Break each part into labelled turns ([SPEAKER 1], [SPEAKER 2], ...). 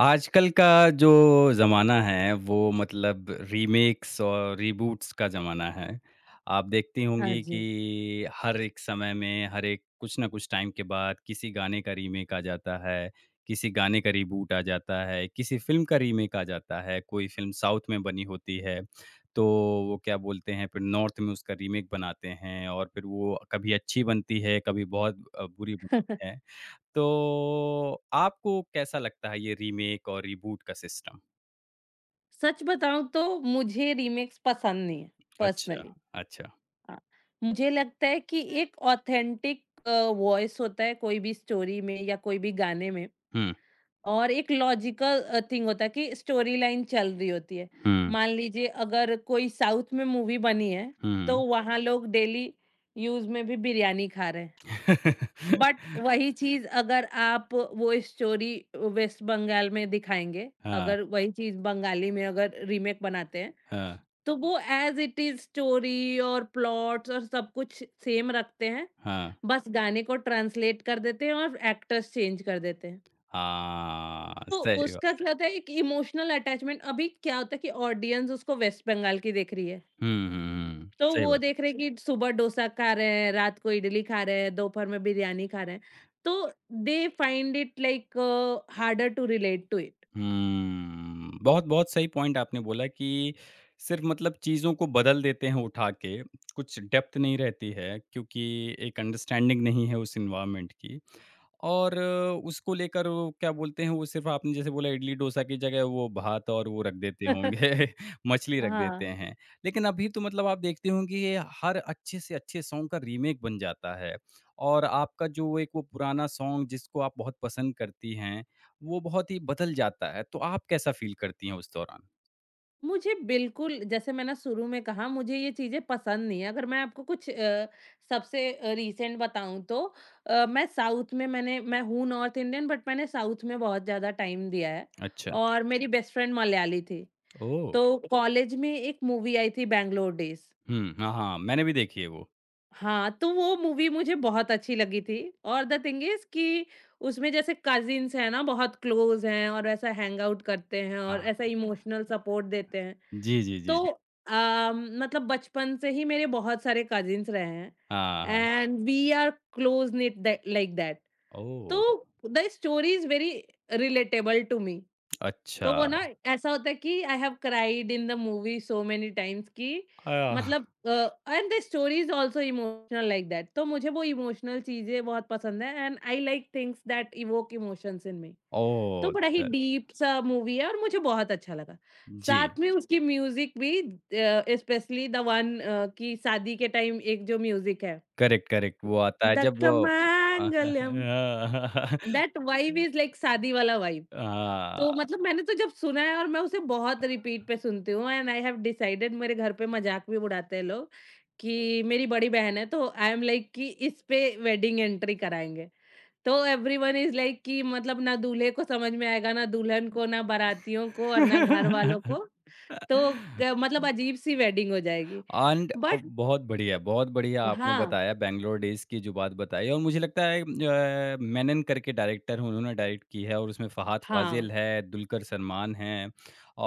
[SPEAKER 1] आजकल का जो ज़माना है वो मतलब रीमेक्स और रीबूट्स का ज़माना है। आप देखती
[SPEAKER 2] हाँ
[SPEAKER 1] होंगी
[SPEAKER 2] जी।
[SPEAKER 1] कि हर एक समय में, हर एक कुछ ना कुछ टाइम के बाद किसी गाने का रीमेक आ जाता है, किसी गाने का रीबूट आ जाता है, किसी फ़िल्म का रीमेक आ जाता है, कोई फ़िल्म साउथ में बनी होती है, तो वो क्या बोलते हैं फिर नॉर्थ में उसका रीमेक बनाते हैं और फिर वो कभी अच्छी बनती है, कभी बहुत बुरी बनती है। तो आपको कैसा लगता है ये रीमेक और रीबूट का सिस्टम?
[SPEAKER 2] सच बताऊँ तो मुझे रीमेक्स पसंद नहीं है,
[SPEAKER 1] अच्छा,
[SPEAKER 2] पर्सनली।
[SPEAKER 1] अच्छा।
[SPEAKER 2] हाँ, मुझे लगता है कि एक ऑथेंटिक वॉइस होता है कोई भी स्टोरी में या कोई भी गाने में
[SPEAKER 1] हुँ,
[SPEAKER 2] और एक लॉजिकल थिंग होता है कि स्टोरी लाइन चल रही होती है।
[SPEAKER 1] हुँ,
[SPEAKER 2] मान लीजिए अगर कोई साउथ में मूवी बनी है, तो
[SPEAKER 1] हुँ।
[SPEAKER 2] वहाँ लोग डेली यूज़ में भी बिरयानी खा रहे हैं। बट वही चीज़ अगर आप वो स्टोरी वेस्ट बंगाल में दिखाएँगे,
[SPEAKER 1] हाँ,
[SPEAKER 2] अगर वही चीज़ बंगाली में अगर रीमेक बनाते हैं,
[SPEAKER 1] हाँ,
[SPEAKER 2] तो वो ऐज़ इट इज़ स्टोरी और प्लॉट्स और सब कुछ सेम रखते हैं,
[SPEAKER 1] हाँ।
[SPEAKER 2] बस गाने को ट्रांसलेट कर देते हैं और एक्टर्स चेंज कर देते हैं।
[SPEAKER 1] हाँ,
[SPEAKER 2] तो
[SPEAKER 1] सही
[SPEAKER 2] उसका
[SPEAKER 1] बात।
[SPEAKER 2] क्या होता है, एक इमोशनल अटैचमेंट, अभी क्या होता है कि ऑडियंस उसको वेस्ट बंगाल की देख रही है।
[SPEAKER 1] हुँ, हुँ, हुँ।
[SPEAKER 2] तो
[SPEAKER 1] सही
[SPEAKER 2] वो
[SPEAKER 1] बात।
[SPEAKER 2] देख रहे हैं कि सुबह डोसा खा रहे हैं, रात को इडली खा रहे हैं, दोपहर में बिरयानी खा रहे हैं। तो they find it like harder to relate to it.
[SPEAKER 1] बहुत-बहुत सही पॉइंट आपने बोला कि सिर्फ़ मतलब चीज़ों को बदल देते हैं उठा के, कुछ डेप्थ नहीं रहती है क्योंकि एक अंडरस्टैंडिंग नहीं है उस एनवायरनमेंट की। और उसको लेकर वो क्या बोलते हैं, वो सिर्फ़ आपने जैसे बोला इडली-डोसा की जगह वो भात और वो रख देते होंगे, मछली रख देते
[SPEAKER 2] हाँ।
[SPEAKER 1] हैं। लेकिन अभी तो मतलब आप देखते होंगे ये हर अच्छे से अच्छे सॉन्ग का रीमेक बन जाता है और आपका जो एक वो पुराना सॉन्ग जिसको आप बहुत पसंद करती हैं, वो बहुत ही बदल जाता है। तो आप कैसा फ़ील करती हैं उस दौरान?
[SPEAKER 2] मुझे बिल्कुल जैसे मैंने शुरू में कहा, मुझे ये चीज़ें पसंद नहीं है। अगर मैं आपको कुछ सबसे रीसेंट बताऊँ तो मैं साउथ में मैं हूँ नॉर्थ इंडियन बट मैंने साउथ में बहुत ज़्यादा टाइम दिया है
[SPEAKER 1] अच्छा,
[SPEAKER 2] और मेरी बेस्ट फ्रेंड मलयाली थी।
[SPEAKER 1] ओह!
[SPEAKER 2] तो कॉलेज में एक मूवी आई थी बैंगलोर डेज़।
[SPEAKER 1] हुँ, हाँ, हाँ, मैंने भी देखी है वो।
[SPEAKER 2] हाँ, तो वो मूवी मुझे बहुत अच्छी लगी थी और द थिंग इज़ कि उसमें जैसे कज़िन्स हैं ना, बहुत क्लोज़ हैं और ऐसा हैंग आउट करते हैं और
[SPEAKER 1] हाँ,
[SPEAKER 2] ऐसा इमोशनल सपोर्ट देते हैं।
[SPEAKER 1] जी, जी, जी,
[SPEAKER 2] तो
[SPEAKER 1] जी।
[SPEAKER 2] मतलब बचपन से ही मेरे बहुत सारे कज़िन्स रहे हैं
[SPEAKER 1] हाँ, हाँ।
[SPEAKER 2] And we are close-knit that like that.
[SPEAKER 1] ओह!
[SPEAKER 2] तो the story is very relatable to me.
[SPEAKER 1] अच्छा।
[SPEAKER 2] तो वो ना ऐसा होता है कि I have cried in the movie so many times कि
[SPEAKER 1] अ,
[SPEAKER 2] मतलब and the story is also emotional like that. तो मुझे वो इमोशनल चीज़ें बहुत पसंद है and I like things that evoke emotions in me. तो
[SPEAKER 1] ओह!
[SPEAKER 2] बड़ा ही
[SPEAKER 1] द
[SPEAKER 2] डीप सा मूवी है और मुझे बहुत अच्छा लगा।
[SPEAKER 1] जी,
[SPEAKER 2] साथ में उसकी म्यूज़िक भी, स्पेशली द वन, कि शादी के टाइम एक जो म्यूज़िक है।
[SPEAKER 1] करेक्ट, करेक्ट, वो आता है जब वो
[SPEAKER 2] दक्कमंगलम, दैट वाइब इज़ लाइक शादी वाला वाइब। तो
[SPEAKER 1] हाँ।
[SPEAKER 2] मतलब मैंने तो जब सुना है और मैं उसे बहुत रिपीट पे सुनती हूँ एंड आई हैव डिसाइडेड, मेरे घर पे मज़ाक भी उड़ाते हैं लोग कि मेरी बड़ी बहन है तो आई एम लाइक कि इस पे वेडिंग एंट्री कराएँगे। तो एवरीवन इज़ लाइक कि मतलब ना दूल्हे को समझ में आएगा, ना दुल्हन को, ना बारातियों को और ना घर वालों को। तो क मतलब अजीब-सी वेडिंग हो जाएगी।
[SPEAKER 1] एंड
[SPEAKER 2] बट
[SPEAKER 1] बहुत बढ़िया आपने
[SPEAKER 2] हाँ,
[SPEAKER 1] बताया बैंगलोर डेज़ की जो बात बताई और मुझे लगता है मेनन करके डायरेक्टर हैं, उन्होंने डायरेक्ट की है और उसमें फहाद
[SPEAKER 2] हाँ।
[SPEAKER 1] फाजिल है, दुलकर सलमान हैं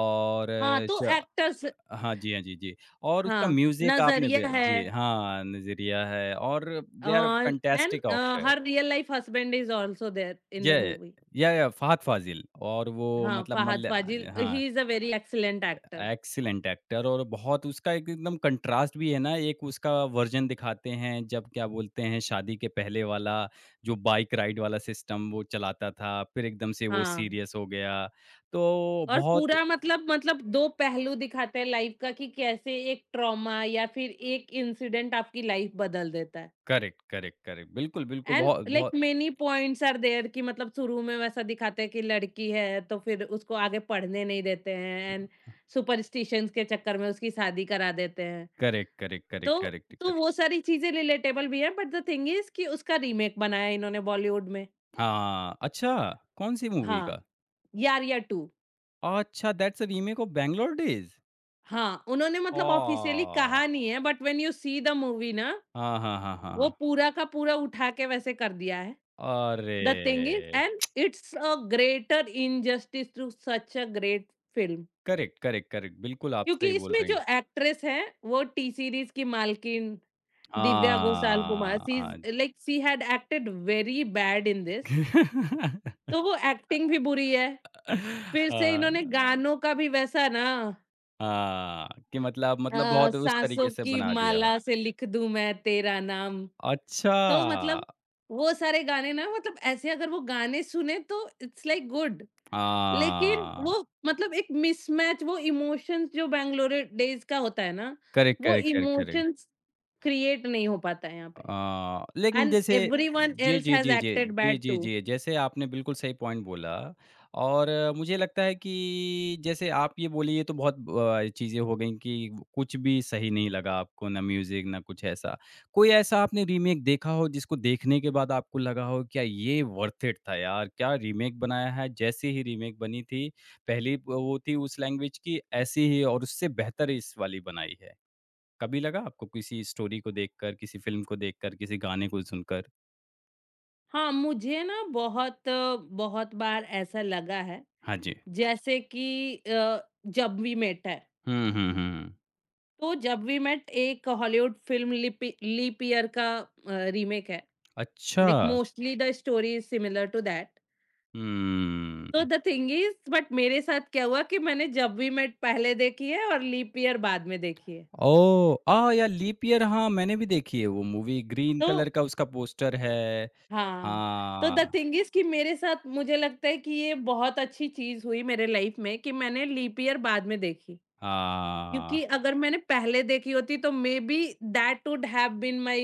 [SPEAKER 1] और
[SPEAKER 2] हाँ,
[SPEAKER 1] अ,
[SPEAKER 2] तो
[SPEAKER 1] श
[SPEAKER 2] एक्टर्स,
[SPEAKER 1] हाँ जी, हाँ जी, जी और उसका
[SPEAKER 2] हाँ,
[SPEAKER 1] म्यूज़िक आपने बे
[SPEAKER 2] नज़रिया है
[SPEAKER 1] जी हाँ, नज़रिया है और दे आर
[SPEAKER 2] और एंड
[SPEAKER 1] फैंटास्टिक एक्टर।
[SPEAKER 2] हर real life husband is also there in
[SPEAKER 1] ये
[SPEAKER 2] द मूवी।
[SPEAKER 1] या फ़हद फ़ाज़िल और वो
[SPEAKER 2] हाँ,
[SPEAKER 1] मतलब
[SPEAKER 2] फ़हाद
[SPEAKER 1] मल्ल
[SPEAKER 2] फ़ाज़िल
[SPEAKER 1] हाँ,
[SPEAKER 2] he is a very excellent actor.
[SPEAKER 1] Excellent actor और बहुत उसका एक एकदम कंट्रास्ट भी है ना, एक उसका वर्ज़न दिखाते हैं जब क्या बोलते हैं शादी के पहले वाला जो बाइक राइड वाला सिस्टम वो चलाता था, फिर एकदम से वो
[SPEAKER 2] हाँ,
[SPEAKER 1] सीरियस हो गया। तो
[SPEAKER 2] और
[SPEAKER 1] बहुत
[SPEAKER 2] पूरा मतलब 2 पहलू दिखाते हैं लाइफ़ का कि कैसे एक ट्रॉमा या फिर एक इंसिडेंट आपकी लाइफ़ बदल देता है।
[SPEAKER 1] Correct, correct, correct. बिल्कुल, बिल्कुल
[SPEAKER 2] एंड
[SPEAKER 1] बहुत
[SPEAKER 2] लाइक
[SPEAKER 1] बहुत
[SPEAKER 2] मेनी पॉइंट्स आर देयर कि मतलब शुरू में वैसा दिखाते हैं कि लड़की है तो फिर उसको आगे पढ़ने नहीं देते हैं एंड सुपरस्टिशंस के चक्कर में उसकी शादी करा देते हैं।
[SPEAKER 1] करेक्ट, करेक्ट,
[SPEAKER 2] तो
[SPEAKER 1] करेक्ट, करेक्ट,
[SPEAKER 2] तो
[SPEAKER 1] करेक्ट।
[SPEAKER 2] वो सारी चीज़ें रिलेटेबल भी हैं, बट द थिंग इज़ कि उसका रीमेक बनाया इन्होंने बॉलीवुड में।
[SPEAKER 1] हाँ, अच्छा कौन-सी मूवी
[SPEAKER 2] हाँ,
[SPEAKER 1] का?
[SPEAKER 2] यारिया 2।
[SPEAKER 1] अच्छा that's a remake of Bangalore days?
[SPEAKER 2] हाँ, उन्होंने मतलब ऑफ़िशियली
[SPEAKER 1] ओह!
[SPEAKER 2] कहा नहीं है but when you see the movie ना,
[SPEAKER 1] हाँ, हाँ, हाँ, हाँ,
[SPEAKER 2] वो
[SPEAKER 1] हाँ।
[SPEAKER 2] पूरा का पूरा उठा के वैसे कर दिया है। द थिंग इज़
[SPEAKER 1] अरे!
[SPEAKER 2] And it's a greater injustice to such a great film,
[SPEAKER 1] correct, correct, correct. बिल्कुल आप
[SPEAKER 2] क्योंकि
[SPEAKER 1] सही बोल
[SPEAKER 2] इसमें
[SPEAKER 1] रहे
[SPEAKER 2] जो
[SPEAKER 1] हैं।
[SPEAKER 2] एक्ट्रेस है वो टी सीरीज़ की मालकिन दिव्या घोषाल कुमार,
[SPEAKER 1] हाँ,
[SPEAKER 2] शी इज़
[SPEAKER 1] हाँ जी।
[SPEAKER 2] Like she had acted very bad in this. तो वो एक्टिंग भी बुरी है। फिर से इन्होंने
[SPEAKER 1] हाँ,
[SPEAKER 2] गानों का भी वैसा ना,
[SPEAKER 1] हाँ, कि मतलब मतलब बहुत उस तरीके
[SPEAKER 2] साँसों
[SPEAKER 1] से
[SPEAKER 2] की
[SPEAKER 1] बना दिया।
[SPEAKER 2] माला से लिख दूँ मैं तेरा नाम। तो
[SPEAKER 1] अच्छा!
[SPEAKER 2] मतलब वो सारे गाने ना, मतलब ऐसे अगर वो गाने सुने तो इट्स लाइक गुड। लेकिन
[SPEAKER 1] हाँ,
[SPEAKER 2] वो मतलब एक मिसमैच, वो इमोशंस जो बैंगलोर डेज़ का होता है ना,
[SPEAKER 1] करेक्ट,
[SPEAKER 2] वो
[SPEAKER 1] correct, correct, correct.
[SPEAKER 2] Emotions create नहीं हो पाता है यहाँ पे
[SPEAKER 1] लेकिन
[SPEAKER 2] एंड
[SPEAKER 1] जैसे
[SPEAKER 2] एवरीवन
[SPEAKER 1] जी,
[SPEAKER 2] एल्स
[SPEAKER 1] जी,
[SPEAKER 2] हैज़
[SPEAKER 1] जी, जी।
[SPEAKER 2] एक्टेड
[SPEAKER 1] जी,
[SPEAKER 2] बैड
[SPEAKER 1] जी,
[SPEAKER 2] टू।
[SPEAKER 1] जी। जैसे आपने बिल्कुल सही पॉइंट बोला और मुझे लगता है कि जैसे आप ये बोली ये तो बहुत चीज़ें हो गईं कि कुछ भी सही नहीं लगा आपको, ना म्यूज़िक ना कुछ ऐसा। कोई ऐसा आपने रीमेक देखा हो जिसको देखने के बाद आपको लगा हो क्या ये वर्थ इट था यार, क्या रीमेक बनाया है? जैसी ही रीमेक बनी थी, पहली वो थी उस लैंग्वेज की, ऐसी ही और उससे बेहतर इस वाली बनाई है। कभी लगा आपको किसी स्टोरी को देखकर, किसी फ़िल्म को देखकर, किसी गाने को सुनकर?
[SPEAKER 2] हाँ, मुझे ना बहुत बहुत बार ऐसा लगा है
[SPEAKER 1] हाँ जी।
[SPEAKER 2] जैसे कि जब वी मेट है।
[SPEAKER 1] हुँ, हुँ, हुँ।
[SPEAKER 2] तो जब वी मेट एक Hollywood film leap leap year का रीमेक है,
[SPEAKER 1] अच्छा।
[SPEAKER 2] Like mostly the story is similar to that.
[SPEAKER 1] हुँ।
[SPEAKER 2] तो द थिंग इज बट मेरे साथ क्या हुआ कि मैंने जब वी मेट पहले देखी है और लीप ईयर बाद में देखी है।
[SPEAKER 1] ओह! आह, या लीप ईयर हाँ, मैंने भी देखी है वो मूवी ग्रीन
[SPEAKER 2] तो
[SPEAKER 1] कलर का उसका पोस्टर है।
[SPEAKER 2] हाँ, तो द
[SPEAKER 1] हाँ।
[SPEAKER 2] थिंग इज कि मेरे साथ मुझे लगता है कि ये बहुत अच्छी चीज हुई मेरे लाइफ में कि मैंने लीप ईयर बाद में देखी,
[SPEAKER 1] हाँ।
[SPEAKER 2] क्योंकि अगर मैंने पहले देखी होती तो maybe that would have been my,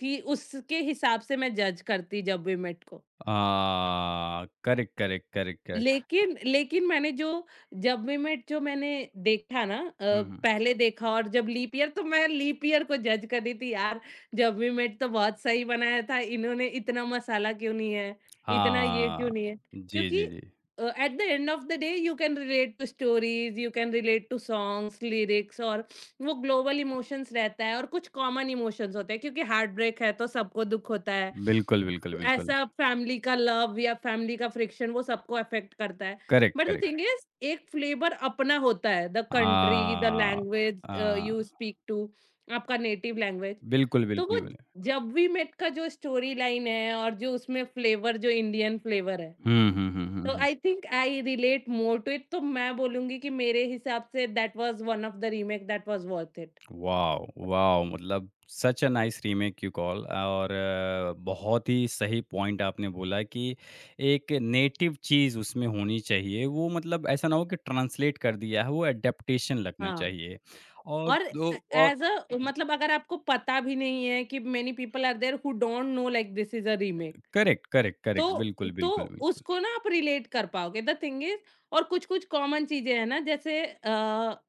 [SPEAKER 2] कि उसके हिसाब से मैं जज करती जब वी मेट को।
[SPEAKER 1] हाँ। Correct, correct, correct, correct.
[SPEAKER 2] लेकिन लेकिन मैंने जो जब वी मेट जो मैंने देखा ना,
[SPEAKER 1] हुँ, हुँ।
[SPEAKER 2] पहले देखा और जब लीप ईयर, तो मैं लीप ईयर को जज कर रही थी, यार। जब वी मेट तो बहुत सही बनाया था, इन्होंने इतना मसाला क्यों नहीं है? इतना ये
[SPEAKER 1] हाँ।
[SPEAKER 2] क्यों नहीं है?
[SPEAKER 1] जी, जी,
[SPEAKER 2] क्योंकि
[SPEAKER 1] जी।
[SPEAKER 2] At the end of the day you can relate to stories, you can relate to songs, lyrics, और वो ग्लोबल इमोशंस रहता है और कुछ कॉमन इमोशंस होते हैं, क्योंकि हार्ट ब्रेक है तो सबको दुःख होता है।
[SPEAKER 1] बिल्कुल, बिल्कुल, बिल्कुल।
[SPEAKER 2] ऐसा फैमिली का लव या फैमिली का फ्रिक्शन वो सबको अफेक्ट करता है।
[SPEAKER 1] Correct,
[SPEAKER 2] but the
[SPEAKER 1] correct.
[SPEAKER 2] Thing is एक फ्लेवर अपना होता है, द कंट्री, द
[SPEAKER 1] हाँ।
[SPEAKER 2] Language,
[SPEAKER 1] uh,
[SPEAKER 2] you speak to, आपका नेटिव लैंग्वेज।
[SPEAKER 1] बिल्कुल,
[SPEAKER 2] तो वो
[SPEAKER 1] बिल्कुल, बिल्कुल।
[SPEAKER 2] जब वी मेट का जो स्टोरी लाइन है और जो उसमें फ्लेवर, जो इंडियन फ्लेवर है,
[SPEAKER 1] हुँ, हुँ, हुँ, हुँ,
[SPEAKER 2] तो
[SPEAKER 1] हुँ।
[SPEAKER 2] I think I relate more to it, तो मैं बोलूँगी कि मेरे हिसाब से that was one of the remake that was worth it.
[SPEAKER 1] Wow! Wow! मतलब such a nice remake you call और बहुत ही सही पॉइंट आपने बोला कि एक नेटिव चीज़ उसमें होनी चाहिए। वो मतलब ऐसा ना हो कि ट्रांसलेट कर दिया है, वो एडैप्टेशन लगना
[SPEAKER 2] हाँ।
[SPEAKER 1] चाहिए। और
[SPEAKER 2] और
[SPEAKER 1] तो और
[SPEAKER 2] एज़ अ
[SPEAKER 1] ज
[SPEAKER 2] मतलब अगर आपको पता भी नहीं है कि many people are there who don't know like this is a remake.
[SPEAKER 1] Correct, correct, correct.
[SPEAKER 2] तो
[SPEAKER 1] बिल्कुल,
[SPEAKER 2] तो
[SPEAKER 1] बिल्कुल, बिल्कुल।
[SPEAKER 2] उसको ना आप रिलेट कर पाओगे। द थिंग इज़ और कुछ-कुछ कॉमन चीज़ें हैं ना जैसे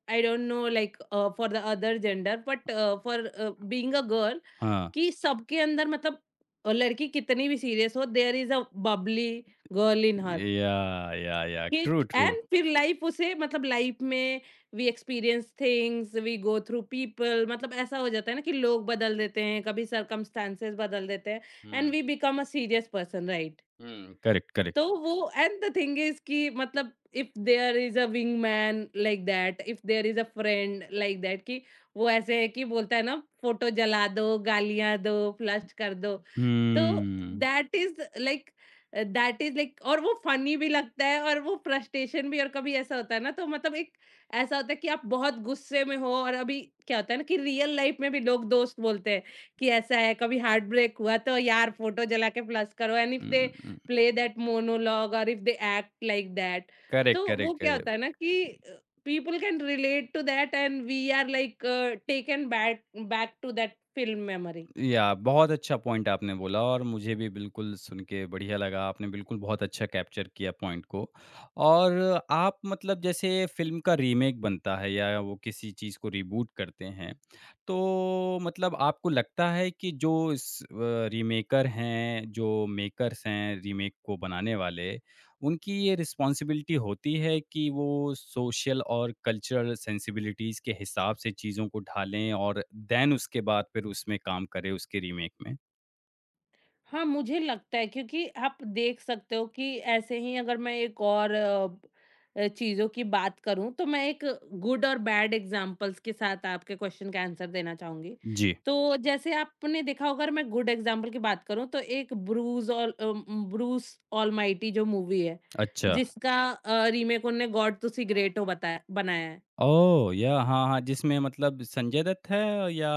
[SPEAKER 2] I don't know like for the other gender but for being a girl,
[SPEAKER 1] हाँ।
[SPEAKER 2] कि सबके अंदर मतलब लड़की कितनी भी सीरियस हो, there is a bubbly girl in her.
[SPEAKER 1] Yeah! Yeah! Yeah!
[SPEAKER 2] कि
[SPEAKER 1] ट्रू, ट्रू।
[SPEAKER 2] एंड फिर लाइफ उसे मतलब लाइफ में we experience things, we go through people, मतलब ऐसा हो जाता है ना कि लोग बदल देते हैं, कभी सरकमस्टांसेस बदल देते हैं and
[SPEAKER 1] hmm,
[SPEAKER 2] we become a serious person, right.
[SPEAKER 1] Hmm. Correct, correct.
[SPEAKER 2] तो वो एंड द थिंग इज़ कि मतलब if there is a wingman like that, if there is a friend like that, कि वो ऐसे है कि बोलता है ना फोटो जला दो, गालियाँ दो, फ्लश कर दो। तो
[SPEAKER 1] hmm.
[SPEAKER 2] That is like that is like, और वो फनी भी लगता है और वो फ्रस्ट्रेशन भी, और कभी ऐसा होता है ना, तो मतलब एक ऐसा होता है कि आप बहुत गुस्से में हो और अभी क्या होता है ना कि रियल लाइफ़ में भी लोग दोस्त बोलते हैं कि ऐसा है, कभी हार्ट ब्रेक हुआ तो यार फोटो जला के फ्लश करो and if
[SPEAKER 1] hmm,
[SPEAKER 2] they
[SPEAKER 1] hmm, hmm.
[SPEAKER 2] Play that monologue और if they act like that,
[SPEAKER 1] correct,
[SPEAKER 2] तो वो
[SPEAKER 1] करेक्ट,
[SPEAKER 2] क्या
[SPEAKER 1] करेक्ट।
[SPEAKER 2] होता है ना कि people can relate to that and we are like taken back back to that film memory.
[SPEAKER 1] या बहुत अच्छा पॉइंट आपने बोला और मुझे भी बिल्कुल सुन के बढ़िया लगा। आपने बिल्कुल बहुत अच्छा कैप्चर किया पॉइंट को। और आप मतलब जैसे फ़िल्म का रीमेक बनता है या वो किसी चीज़ को रिबूट करते हैं, तो मतलब आपको लगता है कि जो इस रीमेकर हैं, जो मेकर्स हैं रीमेक को बनाने वाले उनकी ये रिस्पॉन्सिबिलिटी होती है कि वो सोशल और कल्चरल सेंसिबिलिटीज़ के हिसाब से चीज़ों को ढालें और देन उसके बाद फिर उसमें काम करें उसके रीमेक में?
[SPEAKER 2] हाँ, मुझे लगता है, क्योंकि आप देख सकते हो कि ऐसे ही अगर मैं एक और चीज़ों की बात करूँ, तो मैं एक गुड और बैड एग्ज़ाम्पल्स के साथ आपके क्वेश्चन का आंसर देना चाहूँगी।
[SPEAKER 1] जी,
[SPEAKER 2] तो जैसे आपने देखा होगा, अगर मैं गुड एग्ज़ाम्पल की बात करूँ तो एक Bruce all uh, um, Bruce Almighty जो मूवी है,
[SPEAKER 1] अच्छा।
[SPEAKER 2] जिसका रीमेक उन्होंने गॉड तुसी ग्रेट हो बताया बनाया है।
[SPEAKER 1] ओह! या हाँ, हाँ, जिसमें मतलब संजय दत्त है या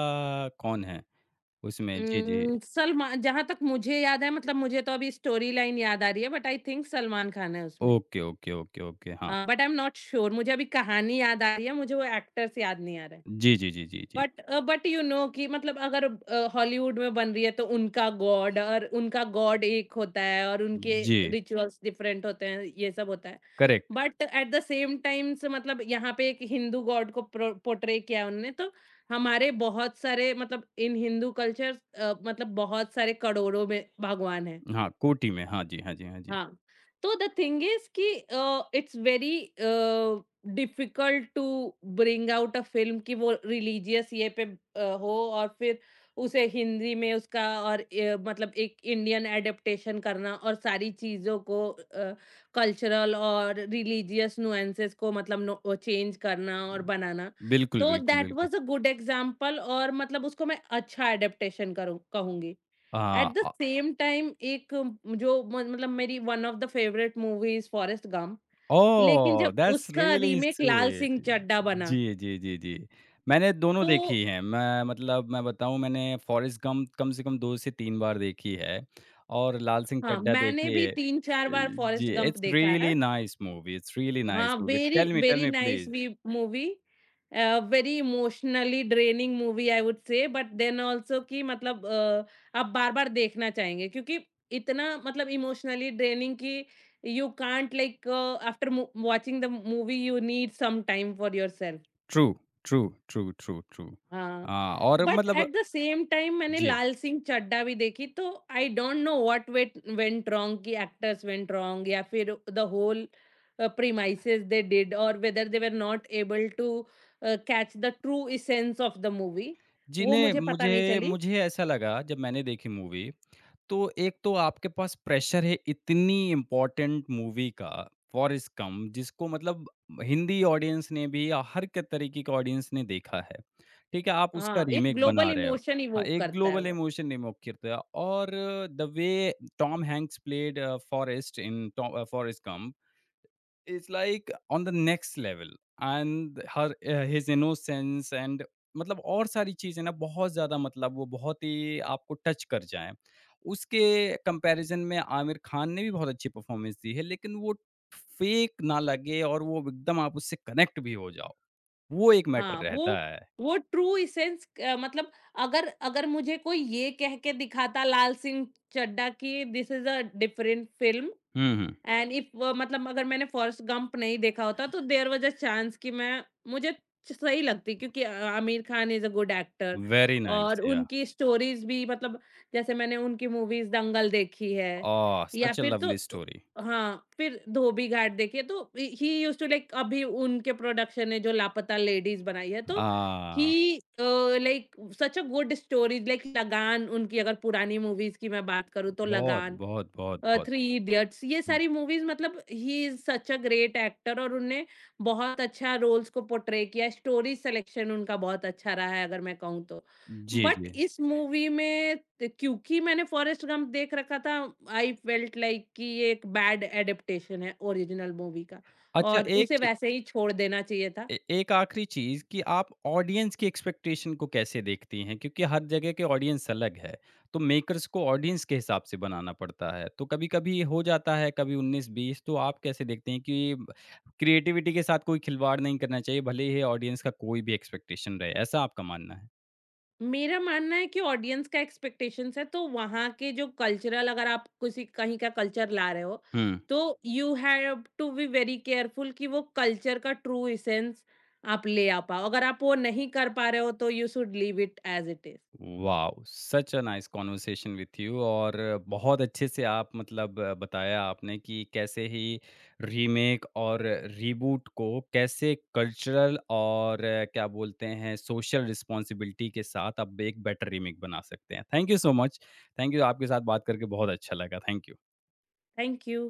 [SPEAKER 1] कौन है उसमें? जी, जी।
[SPEAKER 2] उम, सलमा जहाँ तक मुझे याद है मतलब मुझे तो अभी स्टोरी लाइन याद आ रही है but I think Salman Khan है उसमें।
[SPEAKER 1] ओके, ओके, ओके, ओके, हाँ।
[SPEAKER 2] But I am not sure, मुझे अभी कहानी याद आ रही है, मुझे वो एक्टर्स याद नहीं आ रहे हैं।
[SPEAKER 1] जी, जी, जी, जी, जी।
[SPEAKER 2] बट बट यू नो कि मतलब अगर हॉलीवुड में बन रही है तो उनका गॉड और उनका गॉड एक होता है और उनके
[SPEAKER 1] जी,
[SPEAKER 2] रिचुअल्स डिफरेंट होते हैं, ये सब होता है।
[SPEAKER 1] Correct.
[SPEAKER 2] But at the same times मतलब यहाँ पे एक हिंदू गॉड को प्रो पोर्ट्रे किया है उन्होंने, तो हमारे बहुत सारे मतलब इन हिंदू कल्चर, मतलब बहुत सारे करोड़ों में भगवान हैं।
[SPEAKER 1] हाँ, कोटी में। हाँ जी, हाँ जी, हाँ जी।
[SPEAKER 2] हाँ, तो द थिंग इज़ कि it's very difficult to bring out a film कि वो रिलीजियस ये पे हो और फिर उसे हिंदी में उसका और मतलब एक इंडियन एडप्टेशन करना और सारी चीज़ों को कल्चरल और रिलीजियस नुएंसेस को, मतलब नो चेंज करना और बनाना।
[SPEAKER 1] बिल्कुल,
[SPEAKER 2] तो
[SPEAKER 1] बिल्कुल,
[SPEAKER 2] दैट
[SPEAKER 1] बिल्कुल।
[SPEAKER 2] वाज़ अ गुड एग्ज़ाम्पल और मतलब उसको मैं अच्छा एडप्टेशन करूँ कहूँगी। एट द
[SPEAKER 1] हाँ।
[SPEAKER 2] सेम टाइम एक जो मतलब मेरी one of the favourite movie is Forrest Gump. लेकिन
[SPEAKER 1] ओह!
[SPEAKER 2] जब
[SPEAKER 1] दैट्स
[SPEAKER 2] उसका
[SPEAKER 1] really
[SPEAKER 2] remake Lal Singh
[SPEAKER 1] sweet.
[SPEAKER 2] Chaddha बना,
[SPEAKER 1] जी, जी, जी, जी। मैंने दोनों
[SPEAKER 2] तो
[SPEAKER 1] देखी हैं। मैं बताऊँ मैंने फॉरेस्ट गम्प कम से कम 2 से 3 बार देखी है और लाल सिंह
[SPEAKER 2] हाँ,
[SPEAKER 1] चड्ढा
[SPEAKER 2] मैंने
[SPEAKER 1] देखी
[SPEAKER 2] भी
[SPEAKER 1] है।
[SPEAKER 2] तीन चार बार
[SPEAKER 1] जी,
[SPEAKER 2] फॉरेस्ट गंप
[SPEAKER 1] इट्स
[SPEAKER 2] देखा
[SPEAKER 1] रियली
[SPEAKER 2] है।
[SPEAKER 1] Nice movie, it's really nice
[SPEAKER 2] हाँ,
[SPEAKER 1] movie.
[SPEAKER 2] Very
[SPEAKER 1] tell
[SPEAKER 2] very
[SPEAKER 1] me
[SPEAKER 2] nice
[SPEAKER 1] please.
[SPEAKER 2] We movie, very emotionally draining movie I would say but then also कि मतलब आप बार-बार देखना चाहेंगे क्योंकि इतना मतलब इमोशनली ड्रेनिंग कि you can't like after watching the movie you need some time for yourself.
[SPEAKER 1] True, true, true, true, true.
[SPEAKER 2] हाँ,
[SPEAKER 1] और
[SPEAKER 2] बट
[SPEAKER 1] मतलब
[SPEAKER 2] एट द सेम टाइम मैंने
[SPEAKER 1] जी।
[SPEAKER 2] लाल सिंह चड्ढा भी देखी, तो I don't know what wait went wrong, कि actors went wrong या फिर the whole premises they did और whether they were not able to catch the true essence of the movie,
[SPEAKER 1] जी,
[SPEAKER 2] वो
[SPEAKER 1] नहीं
[SPEAKER 2] मुझे पता नहीं
[SPEAKER 1] मुझे
[SPEAKER 2] चली।
[SPEAKER 1] मुझे ऐसा लगा जब मैंने देखी मूवी तो एक तो आपके पास प्रेशर है इतनी इम्पोर्टेंट मूवी का फॉरेस्ट गंप जिसको मतलब हिंदी ऑडियंस ने भी या हर के तरीके के ऑडियंस ने देखा है। ठीक है, आप उसका
[SPEAKER 2] हाँ, एक
[SPEAKER 1] रीमेक बना
[SPEAKER 2] ग्लोबल
[SPEAKER 1] रहे हो।
[SPEAKER 2] इमोशन
[SPEAKER 1] हाँ,
[SPEAKER 2] इवोक
[SPEAKER 1] एक
[SPEAKER 2] करता है
[SPEAKER 1] ग्लोबल
[SPEAKER 2] वो।
[SPEAKER 1] इमोशन रीमेक करते हो और the way Tom Hanks played uh, Forrest in Forrest Gump It's like on the next level and his innocence and मतलब और सारी चीज़ें ना बहुत ज़्यादा मतलब वो बहुत ही आपको टच कर जाएँ। उसके कंपैरिज़न में आमिर खान ने भी बहुत अच्छी परफ़ॉर्मेंस दी है, लेकिन वो फेक ना लगे और वो एकदम आप उससे कनेक्ट भी हो जाओ। वो एक
[SPEAKER 2] हाँ,
[SPEAKER 1] मैटर रहता है।
[SPEAKER 2] वो ट्रू इसेंस मतलब, अगर अगर मुझे कोई ये कह के दिखाता लाल सिंह चड्ढा कि this is a different film
[SPEAKER 1] hmm, hmm.
[SPEAKER 2] And if मतलब अगर मैंने फॉरेस्ट गंप नहीं देखा होता, तो देयर वाज अ चांस कि मैं, मुझे सही लगती, क्योंकि Aamir Khan is a good actor
[SPEAKER 1] very nice
[SPEAKER 2] और
[SPEAKER 1] या
[SPEAKER 2] उनकी स्टोरीज भी मतलब जैसे मैंने उनकी मूवीज दंगल देखी है
[SPEAKER 1] ओह!
[SPEAKER 2] या
[SPEAKER 1] सच अ
[SPEAKER 2] फिर
[SPEAKER 1] लवली स्टोरी।
[SPEAKER 2] हाँ, फिर धोबी घाट देखिए तो ही यूज टू लाइक, अभी उनके प्रोडक्शन ने जो लापता लेडीज बनाई है, तो ही
[SPEAKER 1] हाँ,
[SPEAKER 2] like such a good stories like Lagaan, उनकी अगर पुरानी मूवीज की मैं बात करूँ तो
[SPEAKER 1] बहुत,
[SPEAKER 2] लगान,
[SPEAKER 1] बहुत, बहुत, बहुत।
[SPEAKER 2] थ्री इडियट्स, ये
[SPEAKER 1] हुँ,
[SPEAKER 2] सारी मूवीज़ मतलब ही is such a great actor और उनने बहुत अच्छा रोल्स को पोर्ट्रे किया, स्टोरी सिलेक्शन उनका बहुत अच्छा रहा है अगर मैं कहूँ तो।
[SPEAKER 1] जी,
[SPEAKER 2] बट
[SPEAKER 1] जी।
[SPEAKER 2] इस मूवी में त क्योंकि मैंने फॉरेस्ट गंप देख रखा था, आई फेल्ट लाइक कि ये एक बैड एडप्टेशन है ओरिजिनल मूवी का
[SPEAKER 1] अच्छा
[SPEAKER 2] और
[SPEAKER 1] एक
[SPEAKER 2] उसे
[SPEAKER 1] चीज़
[SPEAKER 2] वैसे ही छोड़ देना चाहिए था।
[SPEAKER 1] ए- एक आखिरी चीज कि आप ऑडियंस की एक्सपेक्टेशन को कैसे देखती हैं क्योंकि हर जगह के ऑडियंस अलग है तो मेकर्स को ऑडियंस के हिसाब से बनाना पड़ता है तो कभी कभी हो जाता है कभी उन्नीस बीस तो आप कैसे देखते हैं कि क्रिएटिविटी के साथ कोई खिलवाड़ नहीं करना चाहिए भले ही ऑडियंस का कोई भी एक्सपेक्टेशन रहे ऐसा आपका मानना है
[SPEAKER 2] मेरा मानना है कि ऑडियंस का एक्सपेक्टेशंस है तो वहाँ के जो कल्चरल, अगर आप किसी कहीं का कल्चर ला रहे हो
[SPEAKER 1] हम्म
[SPEAKER 2] तो you have to be very careful कि वो कल्चर का ट्रू इसेंस आप ले आ पाओ, अगर आप वो नहीं कर पा रहे हो तो you should leave it as it is.
[SPEAKER 1] Wow! Such a nice conversation with you और बहुत अच्छे से आप मतलब बताया आपने कि कैसे ही रीमेक और रीबूट को कैसे कल्चरल और क्या बोलते हैं सोशल रिस्पॉन्सिबिलिटी के साथ आप एक बेटर रीमेक बना सकते हैं। Thank you so much. Thank you आपके साथ बात करके बहुत अच्छा लगा। Thank you.
[SPEAKER 2] Thank you.